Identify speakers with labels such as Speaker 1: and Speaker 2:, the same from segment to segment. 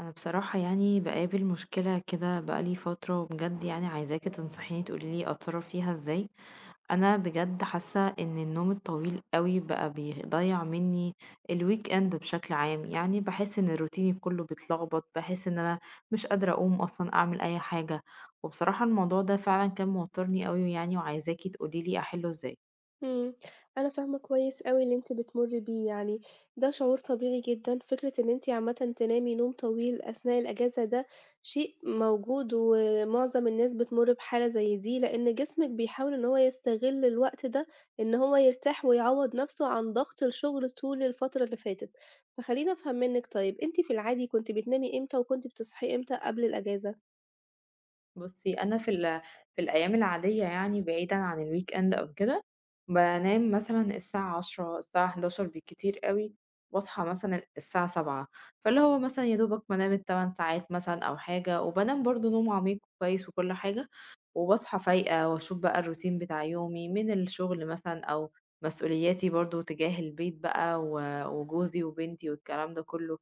Speaker 1: انا بصراحة يعني بقابل مشكلة كده بقالي فترة، وبجد يعني عايزاكي تنصحيني تقولي لي اتصرف فيها ازاي. انا بجد حاسة ان النوم الطويل قوي بقى بيضيع مني. الويك اند بشكل عام يعني بحس ان روتيني كله بيتلخبط، بحس ان انا مش قادرة اقوم اصلا اعمل اي حاجة. وبصراحة الموضوع ده فعلا كان موترني قوي يعني، وعايزاكي تقولي لي احله ازاي.
Speaker 2: إمم، أنا فاهمة كويس أوي اللي أنتِ بتمُرّي بيه يعني، ده شعور طبيعي جدًا، فكرة إن أنتِ عامةً تنامي نوم طويل أثناء الأجازة ده شيء موجود، ومعظم الناس بتمُرّ بحالة زي دي، لإن جسمِك بيحاول إن هو يستغل الوقت ده إن هو يرتاح ويعوّض نَفْسه عن ضغط الشغل طول الفترة اللي فاتت. فخلّيني أفهم منِّك طيب، أنتِ في العادي كنتِ بتنامي إمتى وكنتِ بتصحي إمتى قبل الأجازة؟
Speaker 1: بُصّي، أنا في الأيام العادية يعني بعيدًا عن الweekend أو كده، بانام مثلًا الساعة 22:00 الساعة 23:00 بالكتير أوي، واصحى مثلًا الساعة 07:00. فاللي هو مثلًا يا دوبك بانام ال8 ساعات مثلًا أو حاجة، وبانام برضه نوم عميق كويس وكل حاجة، وباصحى فايقة واشوف بقى الروتين بتاع يومي من الشغل مثلًا أو مسؤولياتي برضه تجاه البيت بقى و وجوزي وبنتي والكلام ده كله.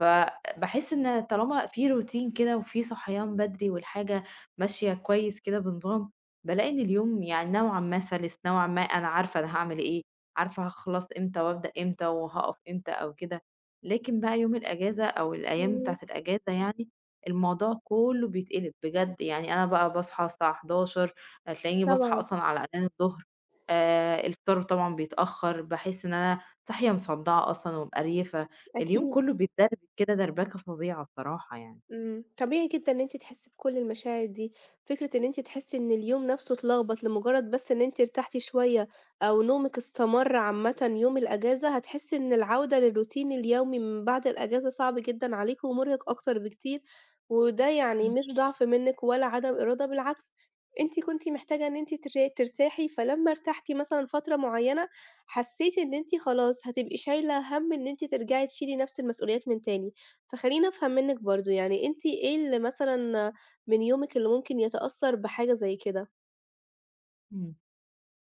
Speaker 1: فباحس إن طالما في روتين كده وفي صحيان بدري والحاجة ماشية كويس كده بنظام، بالاقي إن اليوم يعني نوعًا ما سَلِس، نوعًا ما أنا عارفة أنا هاعمل إيه، عارفة هاخلص إمتى وأبدأ إمتى وهاقف إمتى أو كده. لكن بقى يوم الأجازة أو الأيام
Speaker 2: إمم،
Speaker 1: بتاعة الأجازة يعني، الموضوع كُلّه بيتقلب بجد. يعني أنا بقى باصحى الساعة 11:00، هتلاقيني باصحى
Speaker 2: طبعًا،
Speaker 1: أصلًا على أذان الضهر. الفطار طبعًا بيتأخّر، باحس إن أنا صاحية مصدَّعة أصلًا ومقريفة. اليوم
Speaker 2: أكيد.
Speaker 1: كلّه بيتدربك كده دربكة فظيعة الصراحة يعني.
Speaker 2: طبيعي جدًا إن أنتِ تحسّي بكل المشاعر دي، فكرة إن أنتِ تحسّي إن اليوم نَفْسه اتلخبط لمجرّد بس إن أنتِ ارتحتِ شوية أو نومِك استمر عامةً يوم الإجازة، هتحسّي إن العودة للروتين اليومي من بعد الإجازة صعب جدًا عليكِ ومُرهق أكتر بكتير، وده يعني مش ضعف منِّك ولا عدم إرادة بالعكس، أنتِ كنتِ محتاجة إن أنتِ ترتاحي، فلمّا ارتحتِ مثلًا فترة معيّنة، حسّيتِ إن أنتِ خلاص هتبقي شايلة هَم إن أنتِ ترجعي تشيلي نَفْس المسؤوليات من تاني. فخلّيني أفهم منِّك برضه، يعني أنتِ إيه اللي مثلًا من يومِك اللي ممكن يتأثّر بحاجة زي كده؟
Speaker 1: إمم.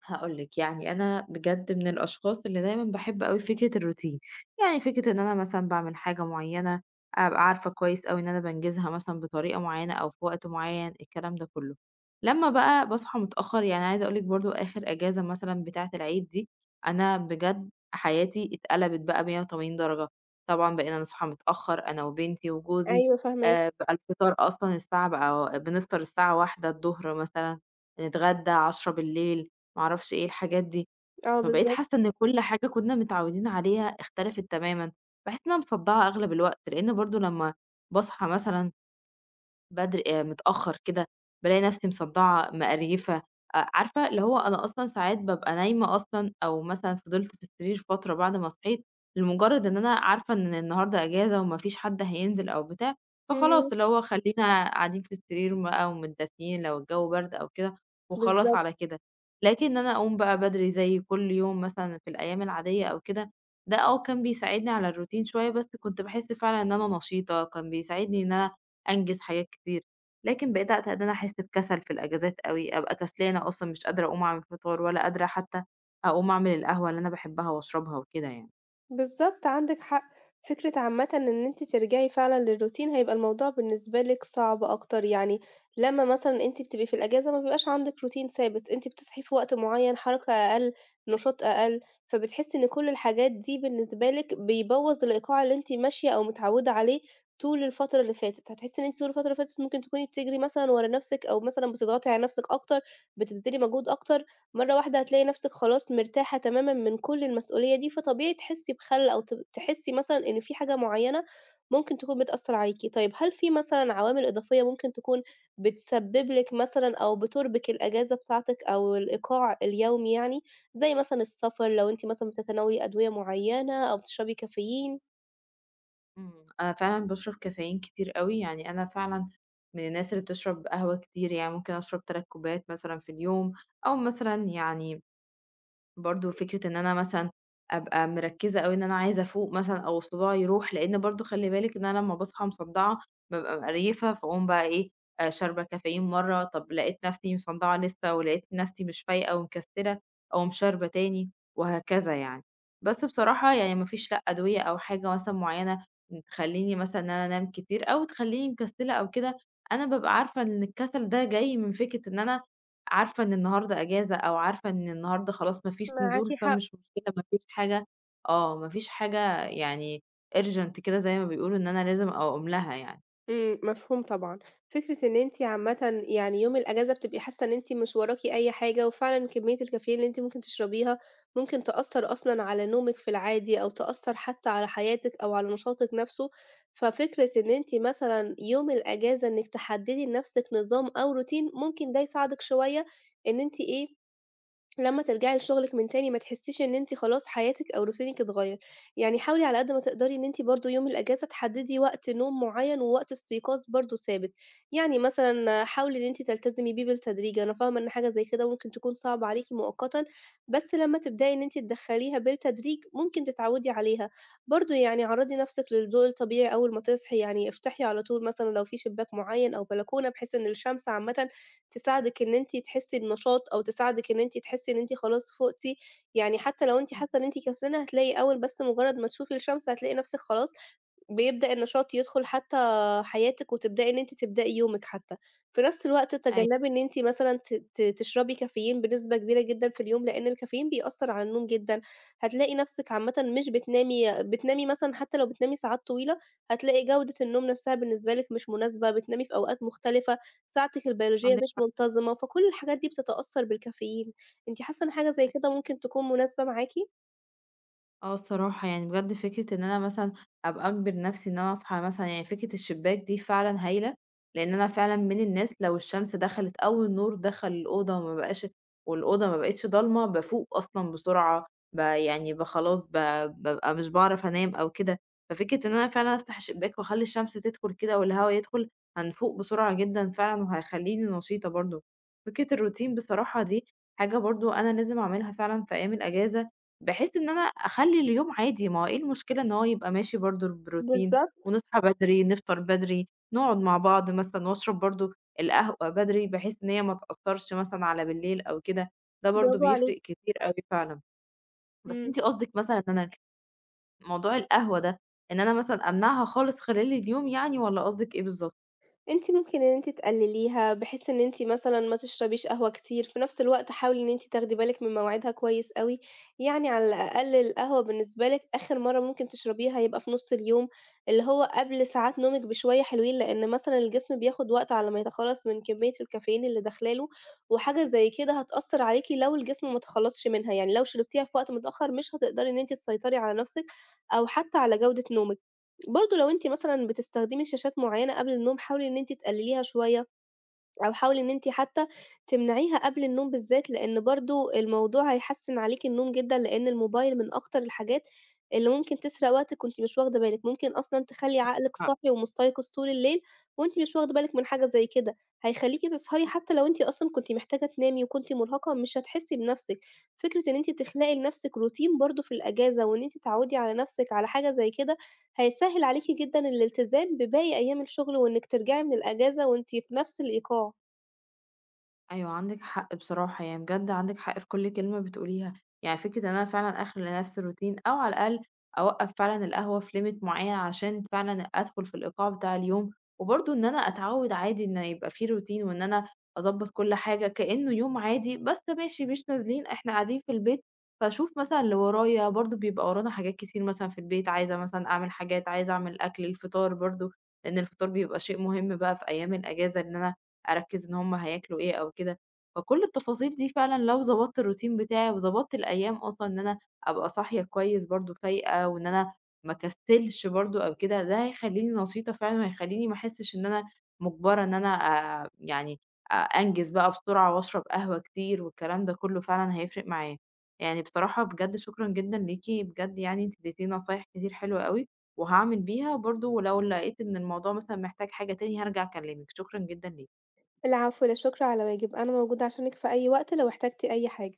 Speaker 1: هاقول لِك، يعني أنا بجد من الأشخاص اللي دايمًا باحب أوي فكرة الروتين، يعني فكرة إن أنا مثلًا باعمل حاجة معيّنة، أبقى عارفة كويس أوي إن أنا بانجزها مثلًا بطريقة معيّنة أو في وقت معيّن، الكلام ده كلّه. لمّا بقى باصحى متأخر، يعني عايزة أقول لِك برضه آخر إجازة مثلًا بتاعة العيد دي، أنا بجد حياتي اتقلبت بقى 180 درجة. طبعًا بقينا نصحى متأخر أنا وبنتي وجوزي.
Speaker 2: أيوه فاهماكِ،
Speaker 1: بقى الفطار أصلًا الساعة بقى بنفطر الساعة 13:00 مثلًا، نتغدى 22:00، ما أعرفش إيه الحاجات دي.
Speaker 2: آه
Speaker 1: فبقيت
Speaker 2: بالضبط،
Speaker 1: حاسة إن كل حاجة كنا متعودين عليها اختلفت تمامًا. باحس إن أنا مصدّعة أغلب الوقت، لإن برضه لمّا باصحى مثلًا بدري متأخّر كده، بالاقي نَفْسي مصدّعة، مقريّفة. عارفة اللي هو أنا أصلًا ساعات بابقى نايمة أصلًا أو مثلًا فضلت في السرير فترة بعد ما صحيت، لمُجرّد إن أنا عارفة إن النهارده إجازة وما فيش حد هينزل أو بتاع،
Speaker 2: إمم،
Speaker 1: فخلاص اللي هو خلّينا قاعدين في السرير بقى ومتدفيين لو الجو برد أو كده، وخلاص على
Speaker 2: بالضبط.
Speaker 1: كده. لكن أنا أقوم بقى بدري زي كل يوم مثلًا في الأيام العادية أو كده، ده آه كان بيساعدني على الroutine شوية، بس كنت باحس فعلًا إن أنا نشيطة، كان بيساعدني إن أنا أنجز حاجات كتير. لكن بقيت إن أنا أحس بكسل في الأجازات أوي، أبقى كسلانة أصلًا مش قادرة أقوم أعمل فطار ولا قادرة حتى أقوم أعمل القهوة اللي أنا باحبها وأشربها وكده يعني.
Speaker 2: بالضبط، عندِك حق. فكرة عامةً إن أنتِ ترجعي فعلًا للروتين، هيبقى الموضوع بالنسبة لِك صعب أكتر، يعني لمّا مثلًا أنتِ بتبقي في الأجازة ما بيبقاش عندِك روتين ثابت، أنتِ بتصحي في وقت معيّن، حركة أقل، نشاط أقل، فبتحسي إن كل الحاجات دي بالنسبة لِك بيبوّظ الإيقاع اللي أنتِ ماشية أو متعوّدة عليه طول الفترة اللي فاتت. هتحسي إن أنتِ طول الفترة اللي فاتت ممكن تكوني بتجري مثلًا ورا نَفْسِك أو مثلًا بتضغطي على نَفْسِك أكتر، بتبذلي مجهود أكتر. مرّة واحدة هتلاقي نَفْسِك خلاص مرتاحة تمامًا من كل المسؤولية دي، فطبيعي تحسّي بخَلْ أو تحسّي مثلًا إن في حاجة معيّنة ممكن تكون بتأثّر عليكِ. طيب هل في مثلًا عوامل إضافية ممكن تكون بتسبّب لِك مثلًا أو بتُربِك الأجازة بتاعتِك أو الإيقاع اليومي يعني، زي مثلًا السفر لو أنتِ مثلًا بتتناولي أدوية معيّنة أو بتشربي كافيين؟
Speaker 1: إمم، أنا فعلًا باشرب كافيين كتير أوي، يعني أنا فعلًا من الناس اللي بتشرب قهوة كتير، يعني ممكن أشرب 3 كوبايات مثلًا في اليوم، أو مثلًا يعني برضه فكرة إن أنا مثلًا أبقى مركّزة أوي إن أنا عايزة أفوق مثلًا أو صداعي يروح، لإن برضه خلّي بالِك إن أنا لمّا باصحى مصدّعة بابقى مقريفة، فاقوم بقى إيه، شاربة كافيين مرّة، طب لقيت نفْسي مصدّعة لسه ولقيت نفْسي مش فايقة ومكسّلة، أقوم شاربة تاني وهكذا يعني. بس بصراحة يعني ما فيش لأ أدوية أو حاجة مثلًا معيّنة تخلّيني مثلًا إن أنا أنام كتير أو تخلّيني مكسّلة أو كده، أنا بابقى عارفة إن الكسل ده جاي من فكرة إن أنا عارفة إن النهارده إجازة أو عارفة إن النهارده خلاص ما فيش
Speaker 2: معاكِ
Speaker 1: نزول
Speaker 2: حق.
Speaker 1: فمش مشكلة ما فيش حاجة. آه، ما فيش حاجة يعني urgent كده زي ما بيقولوا إن أنا لازم أقوم لها يعني.
Speaker 2: إمم، مفهوم طبعًا. فكرة إن أنتِ عامةً يعني يوم الأجازة بتبقي حاسة إن أنتِ مش وراكِ أي حاجة، وفعلًا كمية الكافيين اللي أنتِ ممكن تشربيها ممكن تأثّر أصلًا على نومِك في العادي، أو تأثّر حتى على حياتِك أو على نشاطِك نفسه. ففكرة إن أنتِ مثلًا يوم الأجازة إنِّك تحددي لنفسِك نظام أو روتين، ممكن ده يساعدِك شوية إن أنتِ إيه لمّا ترجعي لشغلِك من تاني ما تحسّيش إن أنتِ خلاص حياتِك أو روتينِك اتغيّر، يعني حاولي على قد ما تقدري إن أنتِ برضه يوم الأجازة تحدّدي وقت نوم معيّن ووقت استيقاظ برضه ثابت، يعني مثلًا حاولي إن أنتِ تلتزمي بيه بالتدريج، أنا فاهمة إن حاجة زي كده ممكن تكون صعبة عليكِ مؤقتًا، بس لمّا تبدئي إن أنتِ تدخّليها بالتدريج ممكن تتعوّدي عليها، برضه يعني عرّضي نَفْسِك للضوء الطبيعي أول ما تصحي، يعني افتحي على طول مثلًا لو في شباك معيّن أو بلكونة بحيث إن الشمس عامةً تساعدِك إن أنتِ تحسّي بنشاط أو تساعدِك إن أنتِ تحسّي إن أنتِ خلاص فُقتِ، يعني حتى لو أنتِ
Speaker 1: إمم.
Speaker 2: حاسّة إن أنتِ كسلانة هتلاقي أول بس مجرد ما تشوفي الشمس هتلاقي نَفْسِك خلاص بيبدأ النشاط يدخل حتى حياتِك، وتبدئي إن أنتِ تبدئي يومِك حتى. في نفس الوقت
Speaker 1: أيوه،
Speaker 2: تجنبي إن أنتِ مثلًا ت ت تشربي كافيين بنسبة كبيرة جدًا في اليوم، لإن الكافيين بيأثّر على النوم جدًا. هتلاقي نفسِك عامةً مش بتنامي مثلًا حتى لو بتنامي ساعات طويلة، هتلاقي جودة النوم نفسها بالنسبة لِك مش مناسبة، بتنامي في أوقات مختلفة، ساعتِك البيولوجية
Speaker 1: عندِك
Speaker 2: مش
Speaker 1: حق.
Speaker 2: منتظمة، فكل الحاجات دي بتتأثّر بالكافيين. أنتِ حاسة إن حاجة زي كده
Speaker 1: أيوه.
Speaker 2: ممكن تكون مناسبة معاكِ؟
Speaker 1: آه الصراحة، يعني بجد فكرة إن أنا مثلًا أبقى أجبر نفسي إن أنا أصحى مثلًا يعني فكرة الشباك دي فعلًا هايلة، لإن أنا فعلًا من الناس لو الشمس دخلت أو النور دخل الأوضة وما بقاش والأوضة ما بقتش ضلمة، بافوق أصلًا بسرعة، يعني خلاص بابقى مش باعرف أنام أو كده. ففكرة إن أنا فعلًا أفتح الشباك وأخلّي الشمس تدخل كده والهوا يدخل، هنفوق بسرعة جدًا فعلًا وهيخلّيني نشيطة برضه. فكرة الروتين بصراحة دي حاجة برضه أنا لازم أعملها فعلًا في أيام الأجازة، بحيث إن أنا أخلّي اليوم عادي، ما هو إيه المشكلة إن هو يبقى ماشي برضه البروتين،
Speaker 2: بالضبط،
Speaker 1: ونصحى بدري، نفطر بدري، نقعد مع بعض مثلًا وأشرب برضه القهوة بدري بحيث إن هي ما تأثّرش مثلًا على بالليل أو كده، ده برضه
Speaker 2: برافو عليكِ.
Speaker 1: بيفرق كتير أوي فعلًا. بس
Speaker 2: إمم.
Speaker 1: أنتِ قصدِك مثلًا إن أنا موضوع القهوة ده، إن أنا مثلًا أمنعها خالص خلال اليوم يعني والّا قصدِك إيه بالضبط؟
Speaker 2: أنتِ ممكن إن أنتِ تقلليها، بحيث إن أنتِ مثلًا ما تشربيش قهوة كتير، في نفس الوقت حاولي إن أنتِ تاخدي بالِك من مواعيدها كويس أوي، يعني على الأقل القهوة بالنسبة لِك آخر مرّة ممكن تشربيها يبقى في نُص اليوم، اللي هو قبل ساعات نومِك بشوية حلوين، لإن مثلًا الجسم بياخد وقت على ما يتخلّص من كمية الكافيين اللي داخلة له، وحاجة زي كده هتأثّر عليكِ لو الجسم ما تخلّصش منها، يعني لو شربتيها في وقت متأخّر مش هتقدري إن أنتِ تسيطري على نفسِك أو حتى على جودة نومِك. برضه لو أنتِ مثلًا بتستخدمي شاشات معيّنة قبل النوم، حاولي إن أنتِ تقلليها شوية، أو حاولي إن أنتِ حتى تمنعيها قبل النوم بالذات، لإن برضه الموضوع هيحسِّن عليكِ النوم جدًا، لإن الموبايل من أكتر الحاجات اللي ممكن تسرق وقتِك وأنتِ مش واخدة بالِك، ممكن أصلًا تخلّي عقلِك صاحي ومستيقظ طول الليل وأنتِ مش واخدة بالِك من حاجة زي كده، هيخلّيكِ تسهري حتى لو أنتِ أصلًا كنتِ محتاجة تنامي وكنتِ مرهقة مش هتحسّي بنَفْسِك. فكرة إن أنتِ تخلقي لنَفْسِك روتين برضه في الأجازة وإن أنتِ تعوّدي على نَفْسِك على حاجة زي كده، هيسهِّل عليكِ جدًا الالتزام بباقي أيام الشغل وإنِّك ترجعي من الأجازة وأنتِ في نَفْس الإيقاع.
Speaker 1: أيوه عندِك حق بصراحة، يعني بجد عندِك حق في كل كلمة بتقوليها، يعني فكرة إن أنا فعلًا أخلق لنفسي روتين أو على الأقل أوقّف فعلًا القهوة في limit معيّن عشان فعلًا أدخل في الإيقاع بتاع اليوم، وبرضه إن أنا أتعوّد عادي إن يبقى في روتين وإن أنا أضبّط كل حاجة كإنه يوم عادي، بس ماشي مش نازلين إحنا قاعدين في البيت، فاشوف مثلًا اللي ورايا برضه بيبقى ورانا حاجات كتير مثلًا في البيت، عايزة مثلًا أعمل حاجات، عايزة أعمل أكل، الفطار برضه لإن الفطار بيبقى شيء مهم بقى في أيام الأجازة إن أنا أركّز إن هم هياكلوا إيه أو كده، فكل التفاصيل دي فعلًا لو ضبطت الروتين بتاعي وضبطت الأيام أصلًا إن أنا أبقى صاحية كويس برضه فايقة وإن أنا ما أكسّلش برضه أو كده، ده هيخلّيني نشيطة فعلًا وهيخلّيني ما أحسّش إن أنا مُجبرة إن أنا يعني أنجز بقى بسرعة وأشرب قهوة كتير والكلام ده كُلّه فعلًا هيفرق معايا. يعني بصراحة بجد شكرًا جدًا ليكِ، بجد يعني أنتِ ادّيتيني نصايح كتير حلوة أوي وهاعمل بيها برضه ولو لقيت إن الموضوع مثلًا محتاج حاجة تاني هارجع أكلّمِك، شكرًا جدًا ليكِ.
Speaker 2: العفو، لا شكر على واجب، أنا موجودة عشانِك في أي وقت لو احتجتِ أي حاجة.